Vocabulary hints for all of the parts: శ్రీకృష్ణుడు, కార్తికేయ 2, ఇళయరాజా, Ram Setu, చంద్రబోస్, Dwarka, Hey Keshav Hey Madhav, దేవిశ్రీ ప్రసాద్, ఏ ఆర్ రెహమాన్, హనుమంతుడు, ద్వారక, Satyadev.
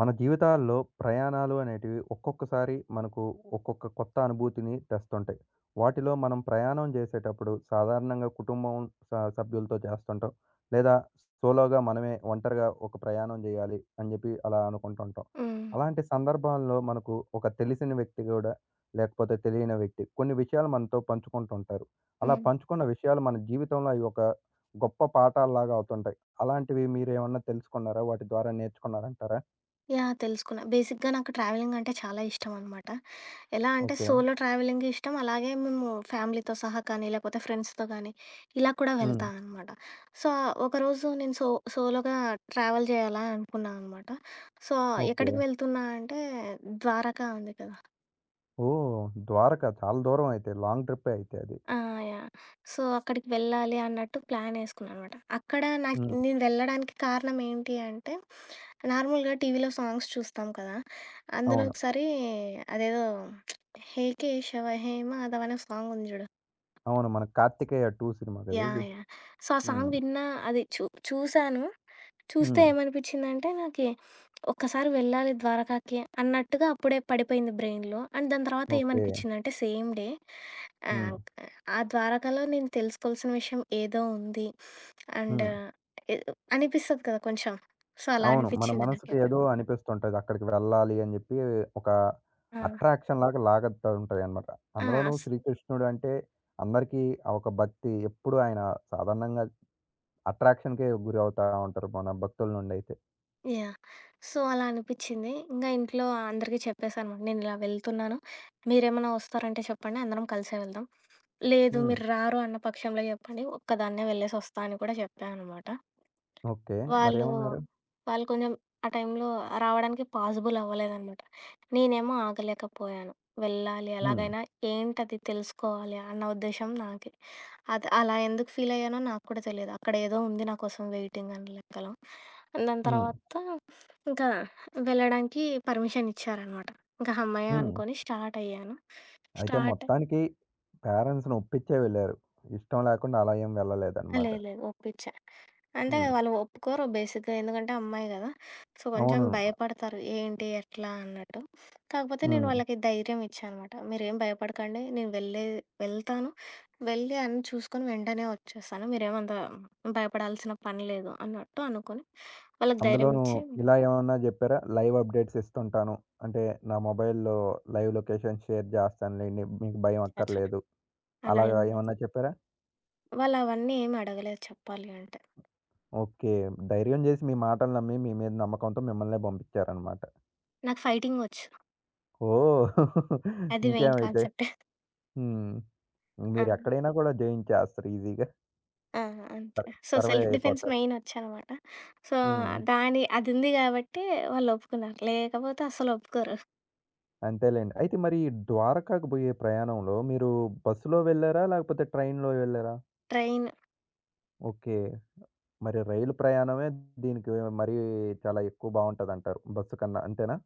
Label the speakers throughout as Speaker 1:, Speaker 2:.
Speaker 1: మన జీవితాల్లో ప్రయాణాలు అనేటివి ఒక్కొక్కసారి మనకు ఒక్కొక్క కొత్త అనుభూతిని తెస్తుంటాయి. వాటిలో మనం ప్రయాణం చేసేటప్పుడు సాధారణంగా కుటుంబం సభ్యులతో చేస్తుంటాం. లేదా సోలోగా మనమే ఒంటరిగా ఒక ప్రయాణం చేయాలి అని చెప్పి అలా అనుకుంటుంటాం.
Speaker 2: హ్మ్.
Speaker 1: అలాంటి సందర్భాల్లో మనకు ఒక తెలిసిన వ్యక్తి కూడా లేకపోతే తెలియని వ్యక్తి కొన్ని విషయాలు మనతో పంచుకుంటుంటారు. అలా
Speaker 2: హ్మ్.
Speaker 1: పంచుకున్న విషయాలు మన జీవితంలో అవి ఒక గొప్ప పాఠాల్లాగా అవుతుంటాయి. అలాంటివి మీరేమన్నా తెలుసుకున్నారా? వాటి ద్వారా నేర్చుకున్నారంటారా?
Speaker 2: యాహ్! తెలుసుకున్నా. బేసిక్‌గా నాకు ట్రావెలింగ్ అంటే చాలా ఇష్టం అనమాట. ఎలా అంటే
Speaker 1: ఓకే.
Speaker 2: సోలో ట్రావెలింగ్ ఇష్టం. అలాగే మేము ఫ్యామిలీతో సహా కానీ, లేకపోతే ఫ్రెండ్స్‌తో కానీ ఇలా కూడా
Speaker 1: హ్మ్.
Speaker 2: వెళ్తా అనమాట. సో, ఒకరోజు నేను సోలోగా ట్రావెల్ చేయాలా అనుకున్నా అనమాట. So,
Speaker 1: okay.
Speaker 2: ఎక్కడికి వెళ్తున్నా అంటే ద్వారకా ఉంది కదా!
Speaker 1: ఓహ్! ద్వారక చాలా దూరం అయితే. లాంగ్ ట్రిప్పే అయితే అది.
Speaker 2: ఆ! యాహ్! సో, అక్కడికి వెళ్ళాలి అన్నట్టు ప్లానేసుకున్నాననమాట. అక్కడ నాకు
Speaker 1: హ్మ్.
Speaker 2: నేను వెళ్ళడానికి కారణం ఏంటి అంటే, నార్మల్‌గా టీవీలో సాంగ్స్ చూస్తాం కదా! అందులో
Speaker 1: అవును.
Speaker 2: ఒకసారి అదేదో 'హే కేశవ హే మాధవ' అనే సాంగ్ ఉంది చూడు.
Speaker 1: అవును. మన 'కార్తికేయ 2' సినిమా కదా
Speaker 2: యాహ్!
Speaker 1: అది.
Speaker 2: Yeah! So, uh
Speaker 1: hmm.
Speaker 2: Song విన్నా అది చూ చూసాను. చూస్తే
Speaker 1: హ్మ్.
Speaker 2: ఏమనిపించిందంటే నాకి, ఒక్కసారి వెళ్ళాలి ద్వారకాకి అన్నట్టుగా అప్పుడే పడిపోయింది బ్రెయిన్‌లో. అండ్ దాని తర్వాత
Speaker 1: ఓకే.
Speaker 2: ఏమనిపించిందంటే సేమ్ డే
Speaker 1: హ్మ్.
Speaker 2: ఆహ్, ఆ ద్వారకలో నేను తెలుసుకోవాల్సిన విషయం ఏదో ఉంది. అండ్
Speaker 1: హ్మ్.
Speaker 2: ఎ అనిపిస్తది కదా! కొంచెం. సో, అలా
Speaker 1: అవును. మన
Speaker 2: అనిపించింది
Speaker 1: మనసుకి
Speaker 2: నాకైతే.
Speaker 1: ఏదో అనిపిస్తుంటది. అక్కడికి వెళ్ళాలి అని జెప్పి ఒక
Speaker 2: ఆ!
Speaker 1: అట్రాక్షన్ లాగా లాగతా ఉంటాయన్నమాట.
Speaker 2: ఆ!
Speaker 1: అందులోనూ శ్రీకృష్ణుడు అంటే అందరికీ ఆ ఒక భక్తి ఎప్పుడు ఆయన సాధారణంగా అట్రాక్షన్‌కే గురవుతా ఉంటారు మన భక్తుల నుండైతే.
Speaker 2: యాహ్! సో, అలా అనిపిచ్చింది. ఇంగా ఇంట్లో అందరికీ చెప్పేసానమాట. నేనిలా వెళ్తున్నాను. మీరేమన్నా వస్తారంటే చెప్పండి. అందరం కలిసే వెళ్దాం. లేదు
Speaker 1: హ్మ్.
Speaker 2: మీరు రారు అన్న పక్షంలో చెప్పండి. ఒక్కదాన్నే వెళ్ళేసొస్తా అని కూడా చెప్పా అనమాట.
Speaker 1: ఓకే.
Speaker 2: వాళ్ళు,
Speaker 1: మరేమన్నారు?
Speaker 2: వాళ్ళు కొంచెం ఆ టైంలో రావడానికి పాసిబుల్ అవ్వలేదనమాట. నేనేమో ఆగలేకపోయాను. వెళ్ళాలి
Speaker 1: హ్మ్.
Speaker 2: ఎలాగైనా, ఏంటది తెలుసుకోవాలి అన్న ఉద్దేశ్యం నాకి. అది అలా ఎందుకు ఫీలయ్యానో నాకు కూడా తెలీదు. అక్కడేదో ఉంది నా కోసం వెయిటింగ్ అని లెక్కలో. దాని
Speaker 1: హ్మ్.
Speaker 2: తర్వాత ఇంకా వెళ్ళడానికి పర్మిషన్ ఇచ్చారనమాట. ఇంక హమ్మయ్య!
Speaker 1: హ్మ్.
Speaker 2: అనుకోని స్టార్ట్ అయ్యాను.
Speaker 1: అయితే
Speaker 2: స్టార్ట్
Speaker 1: మొత్తానికి పేరెంట్స్‌ని ఒప్పించే వెళ్లారు. ఇష్టం లేకుండా అలా ఏం
Speaker 2: ఆ!
Speaker 1: వెళ్ళలేదన్నమాట.
Speaker 2: లేదు లేదు. ఒప్పించా. అంటే
Speaker 1: హ్మ్.
Speaker 2: వాళ్ళు ఒప్పుకోరు బేసిక్‌గా. ఎందుకంటే అమ్మాయి గదా! సో, కొంచెం
Speaker 1: అవును.
Speaker 2: భయపడతారు. ఏంటి? ఎట్లా? అన్నట్టు. కాకపోతే నేను
Speaker 1: హ్మ్.
Speaker 2: వాళ్ళకి ధైర్యం ఇచ్చా అనమాట. మీరేం భయపడకండి. నేను వెళ్తాను. వెళ్ళి అన్నీ చూసుకొని వెంటనే వచ్చేస్తాను. మీరేమంత భయపడాల్సిన పని లేదు అన్నట్టు అనుకోని వాళ్ళకి ధైర్యం
Speaker 1: అందులోనూ
Speaker 2: ఇచ్చి
Speaker 1: ఇలా ఏమన్నా జెప్పారా? Live updates ఇస్తుంటాను. అంటే నా మొబైల్‌లో లైవ్ లొకేషన్ షేర్ జేస్తానులెండి. మీకు భయం
Speaker 2: వచ్చా.
Speaker 1: అక్కర్లేదు.
Speaker 2: అలా
Speaker 1: అలాగా
Speaker 2: అయింది.
Speaker 1: ఏమన్నా చెప్పారా?
Speaker 2: వాళ్ళు అవన్నీ ఏమి అడగలేదు చెప్పాలి అంటే.
Speaker 1: ఓకే. ధైర్యం జేసి మీ మాటలు నమ్మి మీ మీద నమ్మకంతో మిమ్మల్నే బంపించారన్నమాట.
Speaker 2: నాకు ఫైటింగ్ వచ్చు.
Speaker 1: ఓహ్!
Speaker 2: అది మెయిన్
Speaker 1: ఇంకేమైతే.
Speaker 2: కాన్సెప్ట్.
Speaker 1: హ్మ్.
Speaker 2: ఆ!
Speaker 1: మీరెక్కడైనా గూడా జయించేస్తారు ఈజీగా.
Speaker 2: ఆ! అంతే.
Speaker 1: Sir
Speaker 2: so,
Speaker 1: survive
Speaker 2: self defence
Speaker 1: అయిపోతారు.
Speaker 2: మెయినొచ్చనమాట. సో,
Speaker 1: హ్మ్.
Speaker 2: దాని అదుంది గాబట్టి వాళ్ళొప్పుకున్నారు. లేకపోతే అస్సలొప్పుకోరు.
Speaker 1: అంతేలేండి. అయితే మరి ఈ ద్వారకాకు బోయే ప్రయాణంలో మీరు బస్సులో వెళ్లారా? లేకపోతే ట్రైన్‌లో వెళ్లారా?
Speaker 2: Train
Speaker 1: okay. మరి రైలు ప్రయాణమే దీనికి మరీ చాలా ఎక్కువ బావుంటదంటారు. బస్సు కన్నా అంతేనా?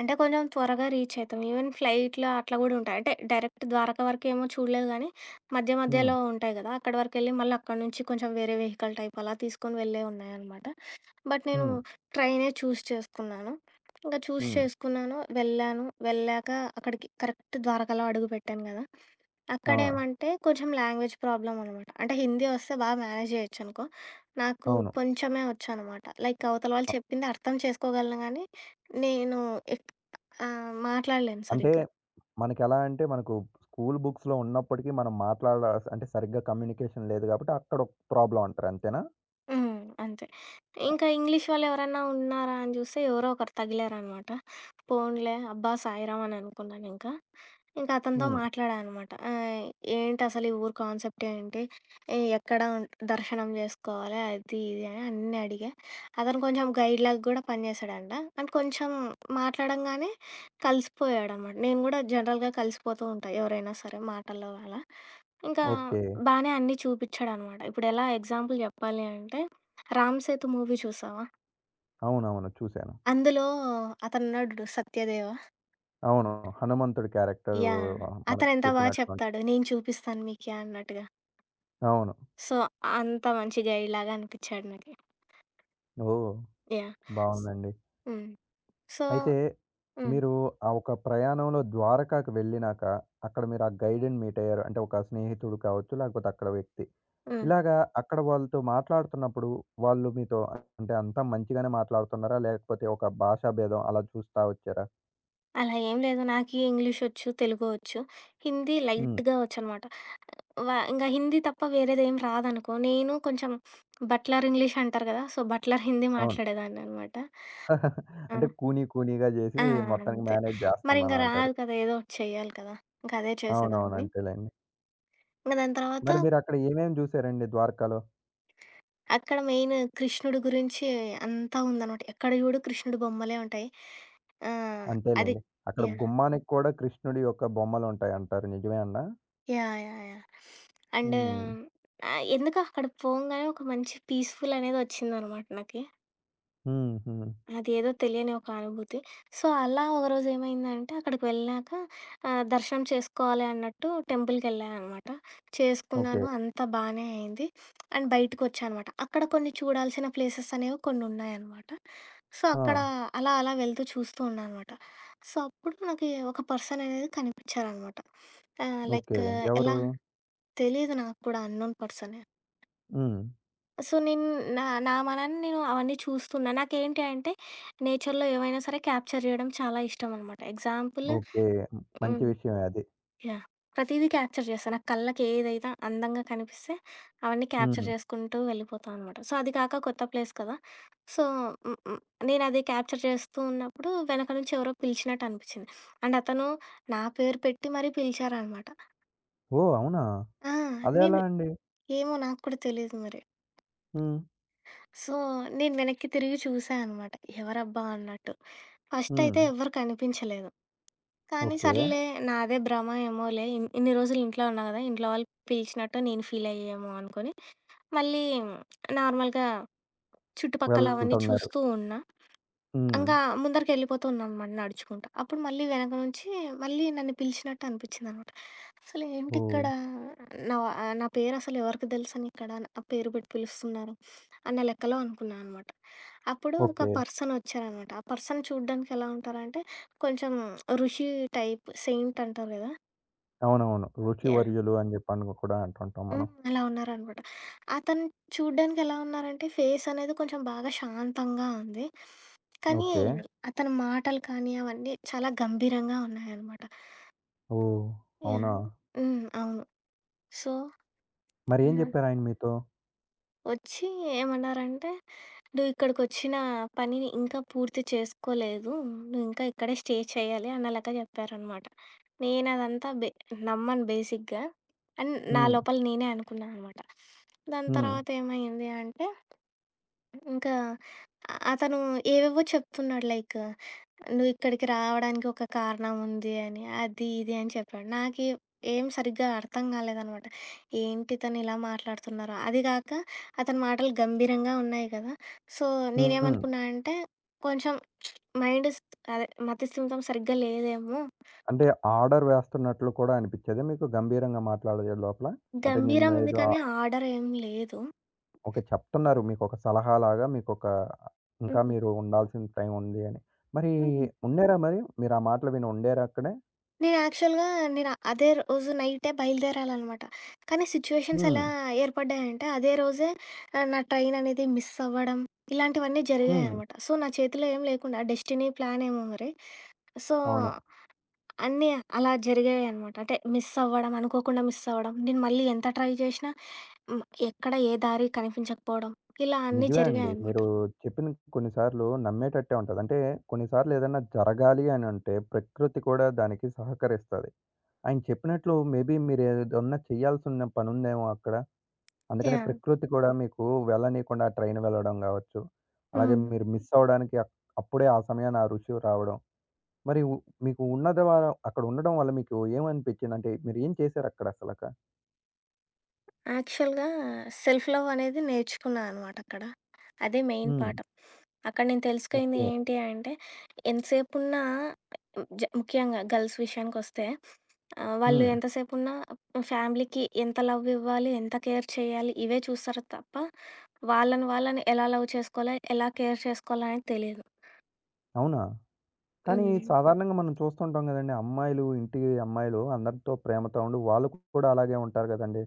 Speaker 2: అంటే కొంచెం త్వరగా రీచయితాం. ఈవెన్ ఫ్లైట్‌లో అట్లా గూడా ఉంటాయి. అంటే డైరెక్ట్ ద్వారకా వరకేమో చూడలేదు గానీ, మధ్య
Speaker 1: హ్మ్.
Speaker 2: మధ్యలో ఉంటాయి గదా! అక్కడి వరకెళ్ళి మళ్ళక్కడి నుంచి కొంచెం వేరే వెహికల్ టైప్ అలా తీసుకొని వెళ్ళేవున్నాయనమాట. బట్ నేను
Speaker 1: హ్మ్.
Speaker 2: ట్రైనే చేసుకున్నాను. ఇంక చూస్
Speaker 1: హ్మ్.
Speaker 2: చేసుకున్నాను. వెళ్ళాను. వెళ్ళాక అక్కడికి కరెక్ట్ ద్వారకలో అడుగుపెట్టాను గదా!
Speaker 1: ఆ!
Speaker 2: అక్కడేమంటే కొంచెం లాంగ్వేజ్ ప్రాబ్లమ్ అనమాట. అంటే హిందీ వస్తే బాగా మేనేజ్ చేయొచ్చనుకో. నాకు
Speaker 1: అవును.
Speaker 2: కొంచెమే వచ్చనమాట. లైక్ అవతల వాళ్ళు
Speaker 1: అ
Speaker 2: చెప్పింది అర్థం చేసుకోగలను గానీ, నేను ఎక్ మాట్లాడలేను
Speaker 1: అంటే
Speaker 2: సరిగ్గా.
Speaker 1: మనకెలా అంటే మనకు స్కూల్ బుక్స్‌లో ఉన్నప్పటికీ మనం మాట్లాడ అంటే సరిగ్గా కమ్యూనికేషన్ లేదు గాబట్టి అక్కడ ఒక ప్రాబ్లమ్ అంటారు అంతేనా?
Speaker 2: హ్మ్. అంతే. ఇంకా ఇంగ్లీష్ వాళ్ళెవరన్నా ఉన్నారా అని చూస్తే ఎవరో ఒకరు తగిలారనమాట. పోనీలే అబ్బా! సాయిరాం అని అనుకున్నానింకా. ఇంకా ఇంకా అతనితో
Speaker 1: హ్మ్.
Speaker 2: మాట్లాడా అనమాట. ఏంటసలు ఈ ఊరు కాన్సెప్ట్ ఏంటి? ఎక్కడ దర్శనం చేసుకోవాలి? అది ఇది అని అన్నీ అడిగా. అతను కొంచెం గైడ్‌లాగా కూడా పనిచేశాడంట. అండ్ కొంచెం మాట్లాడంగానే కలిసిపోయాడనమాట. నేను కూడా జనరల్‌గా కలిసిపోతూ ఉంటా ఎవరైనా సరే మాటల్లో అలా. ఇంకా
Speaker 1: ఓకే.
Speaker 2: బానే అన్నీ చూపిచ్చాడనమాట. ఇప్పుడెలా ఎగ్జాంపుల్ జెప్పాలి అంటే 'రామ్ సేతు' మూవీ చూసావా?
Speaker 1: అవునవును. చూసాను.
Speaker 2: అందులో అతనున్నాడు జూడు 'సత్యదేవ'.
Speaker 1: అవును. హనుమంతుడి క్యారెక్టరు
Speaker 2: యాహ్!
Speaker 1: మనకు
Speaker 2: అతనెంత బా
Speaker 1: చెప్పినటువంటి
Speaker 2: చెప్తాడు. నేను చూపిస్తాను మీకి అన్నట్టుగా.
Speaker 1: అవును.
Speaker 2: సో, అంత మంచి గైడ్‌లాగా అనిపిచ్చాడు నాకి.
Speaker 1: ఓహ్!
Speaker 2: యాహ్! స్
Speaker 1: బావుందండి.
Speaker 2: హ్మ్. సో
Speaker 1: అయితే
Speaker 2: హ్మ్.
Speaker 1: మీరు ఆ ఒక ప్రయాణంలో ద్వారకాకి వెళ్ళినాక, అక్కడ మీరు ఆ గైడ్‌ని మీట్ అయ్యారు. అంటే ఒక స్నేహితుడు కావచ్చు, లేకపోతే అక్కడ వ్యక్తి.
Speaker 2: హ్మ్.
Speaker 1: ఇలాగా అక్కడ వాళ్ళతో మాట్లాడుతున్నప్పుడు, వాళ్ళు మీతో అంటే అంతా మంచిగానే మాట్లాడుతున్నారా? లేకపోతే ఒక భాషా భేదం అలా చూస్తా వచ్చారా?
Speaker 2: అలా ఏం లేదు. నాకీ ఇంగ్లీషొచ్చు, తెలుగు ఒచ్చు. హిందీ
Speaker 1: హ్మ్.
Speaker 2: లైట్‌గా ఒచ్చనమాట. వ ఇంగ హిందీ తప్ప వేరేదేం రాదనుకో, నేను కొంచెం బట్లర్ ఇంగ్లీష్ అంటారు గదా! సో, బట్లర్ హిందీ
Speaker 1: అవును.
Speaker 2: మాట్లాడేదాన్ననమాట. ఆ!
Speaker 1: అంటే కూనీ కూనీగా జేసి
Speaker 2: ఆ!
Speaker 1: మొత్తానికి
Speaker 2: అంతే.
Speaker 1: మేనేజ్
Speaker 2: మరింక
Speaker 1: జేస్తున్నానంటారు.
Speaker 2: రాదు కదా! ఏదో ఒకటి చెయ్యాలి కదా! ఇంక అదే
Speaker 1: అవునవును.
Speaker 2: చేసేదాన్ని.
Speaker 1: అంతేలెండి.
Speaker 2: ఇంక దాని తర్వాత
Speaker 1: మరి మీరక్కడ ఏమేమి జూసారండి ద్వారకాలో?
Speaker 2: అక్కడ మెయిన్ కృష్ణుడి గురించి అంతా ఉందనమాట. ఎక్కడ చూడు కృష్ణుడి బొమ్మలే ఉంటాయి. ఆహ్, అది
Speaker 1: అంతేలెండి. అక్కడ
Speaker 2: యాహ్!
Speaker 1: గుమ్మానికి కూడా కృష్ణుడి యొక్క బొమ్మలుంటాయంటారు. నిజమే అండి?
Speaker 2: యాహ్! అండ్
Speaker 1: హ్మ్.
Speaker 2: ఎందుకో అక్కడ పోంగానే ఒక మంచి పీస్‌ఫుల్ అనేది వచ్చిందనమాట నాకి.
Speaker 1: హ్మ్. హ్మ్.
Speaker 2: అదేదో తెలియని ఒక అనుభూతి. సో, అలా ఒకరోజు ఏమైందంటే అక్కడికి వెళ్ళాక దర్శనం చేసుకోవాలి అన్నట్టు టెంపుల్‌కెళ్ళా అనమాట.
Speaker 1: ఓకే.
Speaker 2: చేసుకున్నాను. అంతా బానే అయింది. అండ్ బయటికొచ్చా అనమాట. అక్కడ కొన్ని చూడాల్సిన ప్లేసెస్ అనేవి కొన్నున్నాయనమాట. సో,
Speaker 1: ఆ!
Speaker 2: అక్కడ అలా అలా వెళ్తూ చూస్తూ ఉన్నా అనమాట. సో, అప్పుడు నాకి ఒక పర్సన్ అనేది కనిపిచ్చారనమాట.
Speaker 1: ఓకే.
Speaker 2: లైక్ ఎలా
Speaker 1: ఎవరు?
Speaker 2: తెలీదు నాకు కూడా అన్నోన్ పర్సనే.
Speaker 1: హ్మ్.
Speaker 2: సో, నేను నా నా మనని నేను అవన్నీ చూస్తున్నా. నాకేంటి అంటే, నేచర్‌లో ఏవైనా సరే క్యాప్చర్ చేయడం చాలా ఇష్టమనమాట. Example
Speaker 1: okay. హ్మ్. మంచి
Speaker 2: హ్మ్.
Speaker 1: విషయమే అది.
Speaker 2: యాహ్! ప్రతీదీ క్యాప్చర్ చేస్తా. నా కళ్ళకి ఏదైతే అందంగా కనిపిస్తే, అవన్నీ క్యాప్చర్
Speaker 1: హ్మ్.
Speaker 2: చేసుకుంటూ వెళ్ళిపోతా అనమాట. సో, అది కాక కొత్త ప్లేస్ కదా! సో, హ్మ్. హ్మ్. నేనది క్యాప్చర్ చేస్తూ ఉన్నప్పుడు, వెనక నుంచి ఎవరో పిలిచినట్టు అనిపిచ్చింది. అండ్ అతను నా పేరు పెట్టి మరీ పిలిచారనమాట.
Speaker 1: ఓహ్! అవునా?
Speaker 2: ఆ! నేను
Speaker 1: అదెలా అండి?
Speaker 2: ఏమో నాకు కూడా తెలీదు మరి.
Speaker 1: హ్మ్.
Speaker 2: సో, నేను వెనక్కి తిరిగి చూసా అనమాట. ఎవరబ్బా అన్నట్టు. ఫస్ట్
Speaker 1: హ్మ్.
Speaker 2: అయితే ఎవ్వరు కనిపించలేదు. కానీ
Speaker 1: ఓకే.
Speaker 2: సర్లే నాదే భ్రమ ఏమోలే ఇన్ని రోజులు ఇంట్లో ఉన్నా గదా! ఇంట్లో వాళ్ళు పిలిచినట్టు నేను ఫీల్ అయ్యేమో అనుకోని, మళ్ళీ నార్మల్‌గా చుట్టుపక్కల అవన్నీ
Speaker 1: వెళ్తున్నారు.
Speaker 2: చూస్తూ ఉన్నా.
Speaker 1: హ్మ్.
Speaker 2: ఇంకా ముందరికెళ్ళిపోతూ ఉన్నానమాట నడుచుకుంటా. అప్పుడు మళ్ళీ వెనక నుంచి మళ్ళీ నన్ను పిలిచినట్టు అనిపిచ్చిందనమాట. అసలు
Speaker 1: ఓహ్!
Speaker 2: ఏంటిక్కడ నా పేరసలు ఎవరికి తెలుసనిక్కడ నా పేరు పెట్టి పిలుస్తున్నారు అన్న లెక్కలో అనుకున్నా అనమాట. అప్పుడు ఒక
Speaker 1: ఓకే.
Speaker 2: పర్సన్ వచ్చారనమాట. ఆ పర్సన్ చూడ్డానికి ఎలా ఉంటారంటే కొంచెం ఋషి టైప్ సెయింట్ అంటారు కదా!
Speaker 1: అవునవును.
Speaker 2: యాహ్!
Speaker 1: రుచివర్యులు అని జెప్పని కూడా అంటుంటాం
Speaker 2: హ్మ్.
Speaker 1: మనం.
Speaker 2: అలా ఉన్నారనమాట. అతను చూడ్డానికి ఎలా ఉన్నారంటే ఫేస్ అనేది కొంచెం బాగా శాంతంగా ఉంది. కానీ
Speaker 1: ఓకే.
Speaker 2: ఓకే. అతని మాటలు కానీ అవన్నీ చాలా గంభీరంగా ఉన్నాయనమాట.
Speaker 1: ఓహ్!
Speaker 2: ఓకే. యాహ్!
Speaker 1: అవునా?
Speaker 2: హ్మ్. అవును. సో,
Speaker 1: మరేం
Speaker 2: హ్మ్.
Speaker 1: జెప్పారు ఆయన మీతో?
Speaker 2: వచ్చి ఏమన్నారంటే, "నువ్వు ఇక్కడికొచ్చిన పనిని ఇంకా పూర్తి చేసుకోలేదు. నువ్వు ఇంకా ఇక్కడే స్టే చేయాలి" అన్న లెక్క చెప్పారనమాట. నేనదంతా బె నమ్మను బేసిక్‌గా. అండ్ నా
Speaker 1: హ్మ్.
Speaker 2: లోపల నేనే అనుకున్నాననమాట. దాని
Speaker 1: హ్మ్.
Speaker 2: తర్వాత ఏమైంది అంటే ఇంకా అతను ఏవేవో చెప్తున్నాడు. లైక్ నువ్వు ఇక్కడికి రావడానికి ఒక కారణం ఉంది అని అది ఇది అని చెప్పాడు. ఏం సరిగ్గా అర్థం కాలేదనమాట. ఏంటి తను ఇలా మాట్లాడుతున్నారో అది కాక అతని మాటలు గంభీరంగా ఉన్నాయి కదా. సో,
Speaker 1: హ్మ్.
Speaker 2: నేనేమనుకున్నా అంటే కొంచెం మైండ్ అదే మతి స్థిమితం సరిగ్గా లేదేమో.
Speaker 1: అంటే ఆర్డర్ వేస్తున్నట్లు కూడా అనిపిచ్చేదా మీకు గంభీరంగా మాట్లాడే లోపల? అంటే
Speaker 2: గంభీరం
Speaker 1: నిన్ను
Speaker 2: ఉంది
Speaker 1: ఏదో
Speaker 2: కానీ ఆర్డర్ ఏం లేదు.
Speaker 1: ఓకే. చెప్తున్నారు. మీకొక సలహాలాగా మీకొక ఇంకా మీరు ఉండాల్సిన టైం ఉంది అని. మరి
Speaker 2: ఉమ్.
Speaker 1: ఉండారా మరి? మీరు ఆ మాటలు విని ఉండారా అక్కడే?
Speaker 2: నేను యాక్చువల్‌గా నేను అదే రోజు నైటే బయలుదేరాలనమాట. కానీ సిచ్యుయేషన్స్
Speaker 1: హ్మ్.
Speaker 2: ఎలా ఏర్పడ్డాయంటే, అదే రోజే నా ట్రైన్ అనేది మిస్ అవ్వడం, ఇలాంటివన్నీ
Speaker 1: హ్మ్.
Speaker 2: జరిగాయనమాట. సో, నా చేతిలో ఏం లేకుండా డెస్టినీ ప్లాన్ ఏమో మరి. సో,
Speaker 1: అవును.
Speaker 2: అన్నీ అలా జరిగాయనమాట. అంటే మిస్ అవ్వడం, అనుకోకుండా మిస్ అవ్వడం, నేను మళ్ళీ ఎంత ట్రై చేసినా హ్మ్. ఎక్కడ ఏ దారి కనిపించకపోవడం, ఇలా అన్నీ
Speaker 1: నిజమే అండి.
Speaker 2: జరిగాయనమాట.
Speaker 1: మీరు చెప్పింది కొన్ని సార్లు నమ్మేటట్టే ఉంటది. అంటే కొన్ని సార్లు ఏదన్నా జరగాలి అనంటే ప్రకృతి కూడా దానికి సహకరిస్తది. ఆయన చెప్పినట్లు మేబీ మీరేదన్నా చేయాల్సిన పనుందేమో అక్కడ. అందుకనే
Speaker 2: యాహ్!
Speaker 1: ప్రకృతి కూడా మీకు వెళ్ళనీయకుండా ఆ ట్రైన్ వెళ్ళడం గావచ్చు. అలాగే
Speaker 2: హ్మ్.
Speaker 1: మీరు మిస్ అవ్వడానికి అప్పుడే ఆ సమయాన ఆ రుచి రావడం. మరి ఉ మీకు ఉన్నది ద్వారా అక్కడ ఉండడం వల్ల మీకు ఏమనిపించింది? అంటే మీరేం చేశారక్కడ అసలక?
Speaker 2: యాక్చువల్‌గా సెల్ఫ్ లవ్ అనేది నేర్చుకున్నా అనమాట అక్కడ. అదే మెయిన్
Speaker 1: హ్మ్.
Speaker 2: పాఠం. అక్కడ నేను తెలుసుకుంది
Speaker 1: ఓకే.
Speaker 2: ఏంటి అంటే, ఎంతసేపున్నా ముఖ్యంగా గర్ల్స్ విషయానికొస్తే వాళ్ళు
Speaker 1: హ్మ్.
Speaker 2: ఎంతసేపున్నా ఫ్యామిలీకి ఎంత లవ్ ఇవ్వాలి, ఎంత కేర్ చేయాలి ఇవే చూస్తారు తప్ప, వాళ్ళని వాళ్ళని ఎలా లవ్ చేసుకోవాలి, ఎలా కేర్ చేసుకోవాలి అనేది తెలీదు.
Speaker 1: అవునా? కానీ
Speaker 2: హ్మ్.
Speaker 1: సాధారణంగా మనం చూస్తుంటాం గదండీ! అమ్మాయిలు ఇంటి అమ్మాయిలు అందరితో ప్రేమతో ఉండి వాళ్ళు కూడా అలాగే ఉంటారు గదండీ!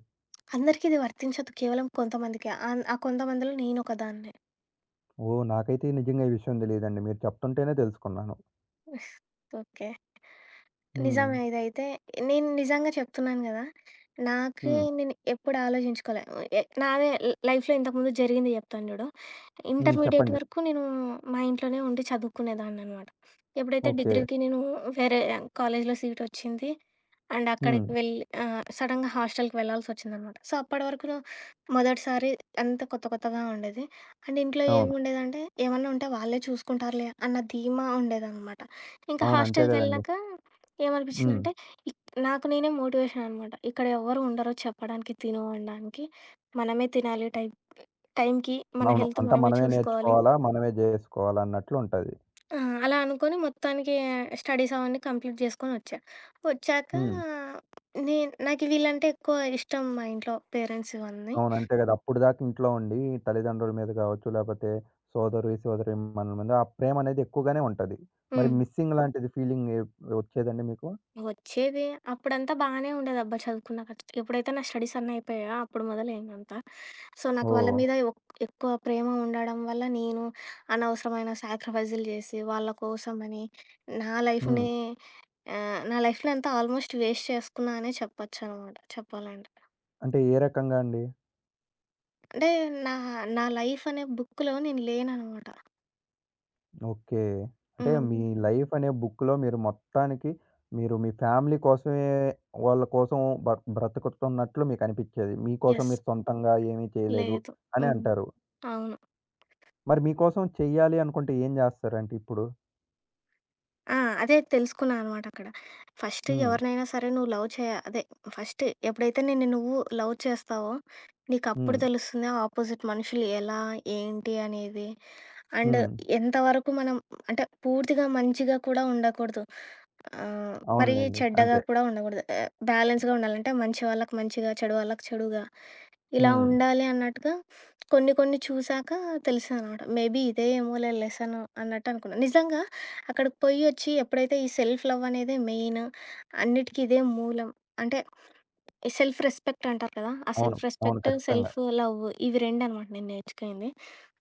Speaker 2: అందరికీ ఇది వర్తించదు. కేవలం కొంతమందికే. ఆన్ ఆ కొంతమందిలో నేనొకదాన్ని.
Speaker 1: ఓహ్! నాకైతే నిజంగా ఈ విషయం తెలీదండి. మీరు చెప్తుంటేనే తెలుసుకున్నాను.
Speaker 2: ఓకే.
Speaker 1: హ్మ్.
Speaker 2: నిజమే ఇదైతే. నేను నిజంగా చెప్తున్నాను గదా! నాకి
Speaker 1: హ్మ్.
Speaker 2: నేను ఎప్పుడు ఆలోచించుకోలే. ఎ నాదే ల్ లైఫ్‌లో ఇంతకుముందు జరిగింది జెప్తాను జూడు.
Speaker 1: హ్మ్.
Speaker 2: ఇంటర్మీడియేట్
Speaker 1: చెప్పండి.
Speaker 2: వరకు నేను మా ఇంట్లోనే ఉండి చదువుకునేదాన్ననమాట. ఎప్పుడైతే
Speaker 1: ఓకే.
Speaker 2: డిగ్రీకి నేను వేరే కాలేజ్‌లో సీట్ వచ్చింది. అండ్
Speaker 1: హ్మ్.
Speaker 2: సడెన్‌గా హాస్టల్‌కి వెళ్ళాల్సొచ్చిందనమాట. సో, మొదటిసారి అంతా కొత్త కొత్తగా ఉండేది. అండ్ ఇంట్లో
Speaker 1: అవును.
Speaker 2: ఏముండేదంటే, ఏమన్నా ఉంటే వాళ్ళే చూసుకుంటారులే అన్న ధీమా ఉండేదనమాట. ఇంకా
Speaker 1: అవును. అంతే గదండీ!
Speaker 2: హాస్టల్‌కెళ్ళాక
Speaker 1: హ్మ్.
Speaker 2: ఏమనిపిచ్చిందంటే, ఇక్ నాకు నేనే మోటివేషన్ అనమాట. ఇక్కడ ఎవ్వరు ఉండరు చెప్పడానికి, తిను అనడానికి. మనమే తినాలి టైంకి. మన
Speaker 1: అవును.
Speaker 2: హెల్త్
Speaker 1: అంతా
Speaker 2: మనమే
Speaker 1: మనమే
Speaker 2: చూసుకోవాలి.
Speaker 1: నేర్చుకోవాలా, మనమే జేసుకోవాలా అన్నట్లు ఉంటది.
Speaker 2: ఆ! అలా అనుకోని మొత్తానికి స్టడీస్ అవన్నీ కంప్లీట్ జేసుకొనొచ్చా. వచ్చాక
Speaker 1: హ్మ్.
Speaker 2: నేను నాకు వీళ్ళంటే ఎక్కువ ఇష్టం మా ఇంట్లో పేరెంట్స్ ఇవన్నీ.
Speaker 1: అవును. అంతే గదా! అప్పటిదాకా ఇంట్లో ఉండి తల్లిదండ్రుల మీద గావచ్చు, లేపోతే సోదరి, సోదరీమణుల మీద ఆ ప్రేమనేది ఎక్కువగానే ఉంటది. మరి
Speaker 2: హ్మ్.
Speaker 1: మిస్సింగ్ లాంటిది ఫీలింగ్ ఒచ్చేదండి మీకు?
Speaker 2: వచ్చేది అప్పుడంతా బాగానే ఉండేదబ్బా చదువుకున్నాక. ఎప్పుడైతే నా స్టడీస్ అన్నీ అయిపోయాయో అప్పుడు మొదలైందంతా. సో, నాకు వాళ్ళ
Speaker 1: ఓహ్!
Speaker 2: మీద ఎక్కువ ప్రేమ ఉండడం వల్ల నేను అనవసరమైన సాక్రిఫైజులు చేసి వాళ్ళ కోసమని నా
Speaker 1: హ్మ్.
Speaker 2: లైఫ్‌ని నా లైఫ్‌ని అంతా ఆల్మోస్ట్ వేస్ట్ చేసుకున్నా అనే చెప్పొచ్చనమాట చెప్పాలంటే.
Speaker 1: అంటే ఏ రకంగా అండి?
Speaker 2: అంటే నా నా లైఫ్ అనే బుక్‌లో నేను లేననమాట.
Speaker 1: ఓకే. అంటే మీ
Speaker 2: హ్మ్.
Speaker 1: లైఫ్ అనే బుక్‌లో మీరు మొత్తానికి మీరు మీ ఫ్యామిలీ కోసమే వాళ్ళ కోసం బ బ్రతుకుతున్నట్లు మీకనిపిచ్చేది. మీకోసం
Speaker 2: యెస్.
Speaker 1: మీరు సొంతంగా ఏమీ చేయలేదు
Speaker 2: లేదు.
Speaker 1: అని
Speaker 2: హ్మ్.
Speaker 1: అంటారు.
Speaker 2: అవును.
Speaker 1: మరి మీకోసం చెయ్యాలి అనుకుంటే ఏం జేస్తారంటే ఇప్పుడు?
Speaker 2: ఆ! అదే తెలుసుకున్నా అనమాట అక్కడ. ఫస్ట్
Speaker 1: హ్మ్.
Speaker 2: ఎవరినైనా సరే నువ్వు లవ్ చేయ అదే ఫస్ట్ ఎప్పుడైతే నిన్ను నువ్వు లవ్ చేస్తావో, నీకప్పుడు
Speaker 1: హ్మ్.
Speaker 2: తెలుస్తుంది ఆపోజిట్ మనుషులు ఎలా, ఏంటి అనేది. అండ్
Speaker 1: హ్మ్.
Speaker 2: ఎంతవరకు మనం అంటే పూర్తిగా మంచిగా కూడా ఉండకూడదు. మరీ
Speaker 1: అవునులెండి.
Speaker 2: చెడ్డగా
Speaker 1: అంతే.
Speaker 2: కూడా ఉండకూడదు. బ్యాలెన్స్‌గా ఉండాలి. అంటే మంచి వాళ్ళకి మంచిగా, చెడు వాళ్ళకి చెడుగా. ఇలా
Speaker 1: హ్మ్.
Speaker 2: ఉండాలి అన్నట్టుగా కొన్ని కొన్ని చూసాక తెలిసిందనమాట. మేబీ ఇదే ఏమోలే లెసను అన్నట్టు అనుకున్నా. నిజంగా అక్కడికి పొయ్యి వచ్చి ఎప్పుడైతే ఈ సెల్ఫ్ లవ్ అనేది మెయిన్, అన్నిటికి ఇదే మూలం. అంటే ఈ సెల్ఫ్ రెస్పెక్ట్ అంటారు కదా! ఆ
Speaker 1: అవును.
Speaker 2: సెల్ఫ్
Speaker 1: అవును.
Speaker 2: రెస్పెక్ట్,
Speaker 1: ఖచ్చితంగా.
Speaker 2: సెల్ఫ్ లవ్ ఇవి 2 అనమాట నేను నేర్చుకుంది.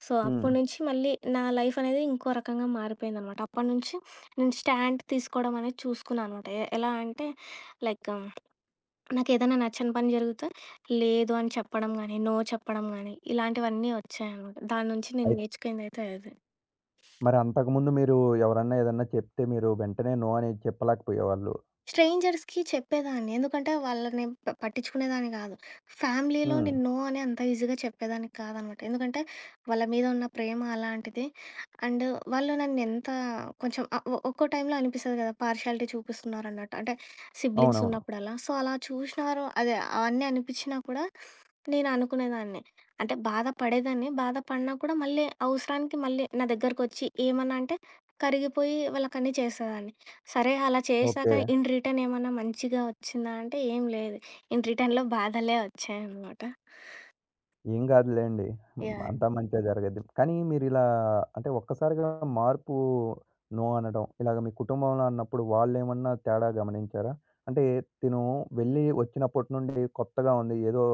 Speaker 2: సో,
Speaker 1: హ్మ్.
Speaker 2: అప్పటినుంచి మళ్ళీ నా లైఫ్ అనేది ఇంకో రకంగా మారిపోయిందనమాట. అప్పటినుంచి నేను స్టాండ్ తీసుకోవడం అనేది చూసుకున్నా అనమాట. ఎలా అంటే లైక్ నాకేదైనా నచ్చని పని జరిగితే, లేదు అని చెప్పడం గానీ, నో చెప్పడం గానీ, ఇలాంటివన్నీ వచ్చాయనమాట. దాని నుంచి నేను
Speaker 1: అయి
Speaker 2: నేర్చుకుందయితే అదే.
Speaker 1: మరి అంతకుముందు మీరు ఎవరన్నా ఏదన్నా చెప్తే మీరు వెంటనే నో అని చెప్పలేకపోయేవాళ్ళు.
Speaker 2: స్ట్రేంజర్స్‌కి చెప్పేదాన్ని. ఎందుకంటే వాళ్ళని పట్టించుకునేదాన్ని గాదు. ఫ్యామిలీలో
Speaker 1: హ్మ్.
Speaker 2: నేను నో అని అంత ఈజీగా చెప్పేదాన్ని కాదనమాట. ఎందుకంటే వాళ్ళ మీద ఉన్న ప్రేమ అలాంటిది. అండ్ వాళ్ళు నన్నెంత కొంచెం ఆహ్, ఒ ఒక్కో టైంలో అనిపిస్తది గదా! పార్షియాలిటీ చూపిస్తున్నారన్నట్టు. అంటే సిబ్లింగ్స్
Speaker 1: అవునవును.
Speaker 2: ఉన్నప్పుడలా. సో, అలా చూషినారు అదే అవన్నీ అనిపిచ్చినా కూడా నేను అనుకునేదాన్ని. అంటే బాధపడేదాన్ని. బాధపడినా కూడా మళ్ళీ అవసరానికి మళ్ళీ నా దగ్గరకొచ్చి ఏమన్నా అంటే కరిగిపోయి వాళ్ళకన్నీ చేసేదాన్ని. సరే అలా చేశాక
Speaker 1: ఓకే.
Speaker 2: ఇన్ రిటర్న్ ఏమన్నా మంచిగా వచ్చిందా అంటే ఏం లేదు. ఇన్ రిటర్న్‌లో బాధలే వచ్చాయనమాట.
Speaker 1: ఏం కాదులేండి. హ్మ్.
Speaker 2: యాహ్!
Speaker 1: అంతా మంచే జరిగిద్ది. కానీ మీరిలా అంటే ఒక్కసారిగా మార్పు నో అనడం, ఇలాగ మీ కుటుంబంలో అన్నప్పుడు వాళ్ళేమన్నా తేడా గమనించారా? అంటే తిను వెళ్ళి వచ్చినప్పటి నుండి కొత్తగా ఉంది. ఏదో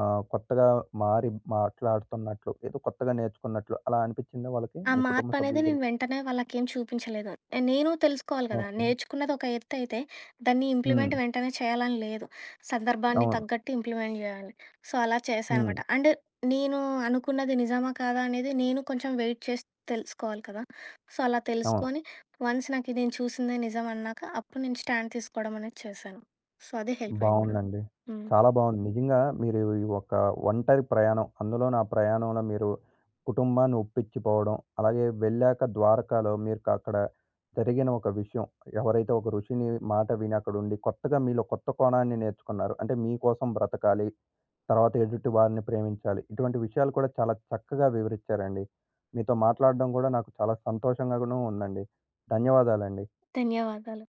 Speaker 1: ఆహ్, కొత్తగా మారి మాట్లాడుతున్నట్లు, ఏదో కొత్తగా నేర్చుకున్నట్లు అలా అనిపించిందా వాళ్ళకి
Speaker 2: ఆ
Speaker 1: మీ కుటుంబ
Speaker 2: మార్పనేది నేను
Speaker 1: సభ్యులకి?
Speaker 2: వెంటనే వాళ్ళకేం చూపించలేదు. నేను తెలుసుకోవాలి గదా!
Speaker 1: ఓకే.
Speaker 2: నేర్చుకున్నది ఒక ఎత్తయితే, దాన్ని
Speaker 1: హ్మ్.
Speaker 2: ఇంప్లిమెంట్ వెంటనే చేయాలని లేదు. సందర్భాన్ని
Speaker 1: అవును.
Speaker 2: తగ్గట్టు ఇంప్లిమెంట్ జేయాలి. సో, అలా చేశా
Speaker 1: హ్మ్.
Speaker 2: అనమాట. అండ్ నేను అనుకున్నది నిజమా, కాదా అనేది నేను కొంచెం వెయిట్ చేసి తెలుసుకోవాలి కదా! సో, అలా
Speaker 1: అవును.
Speaker 2: తెలుసుకొని వన్స్ నాకు ఇది నేను చూసిందే నిజమన్నాక, అప్పుడు నేను స్టాండ్ తీసుకోవడం అనేది చేశాను. సో, అది హెల్ప్ అయింది నాకు.
Speaker 1: బావుందండి.
Speaker 2: హ్మ్.
Speaker 1: చాలా బావుంది. నిజంగా మీరు ఈ ఒక ఒంటరి ప్రయాణం, అందులోను ఆ ప్రయాణంలో మీరు కుటుంబాన్ని ఒప్పించిపోవడం, అలాగే వెళ్ళాక ద్వారకాలో మీకు అక్కడ జరిగిన ఒక విషయం, ఎవరైతే ఒక ఋషిని మాట విని అక్కడుండి కొత్తగా మీలో కొత్త కోణాన్ని నేర్చుకున్నారు. అంటే మీకోసం బ్రతకాలి, తర్వాత ఎదుటి వారిని ప్రేమించాలి. ఇటువంటి విషయాలు కూడా చాలా చక్కగా వివరిచ్చారండి. మీతో మాట్లాడడం కూడా నాకు చాలా సంతోషంగాను ఉందండి. ధన్యవాదాలండి.
Speaker 2: ధన్యవాదాలు.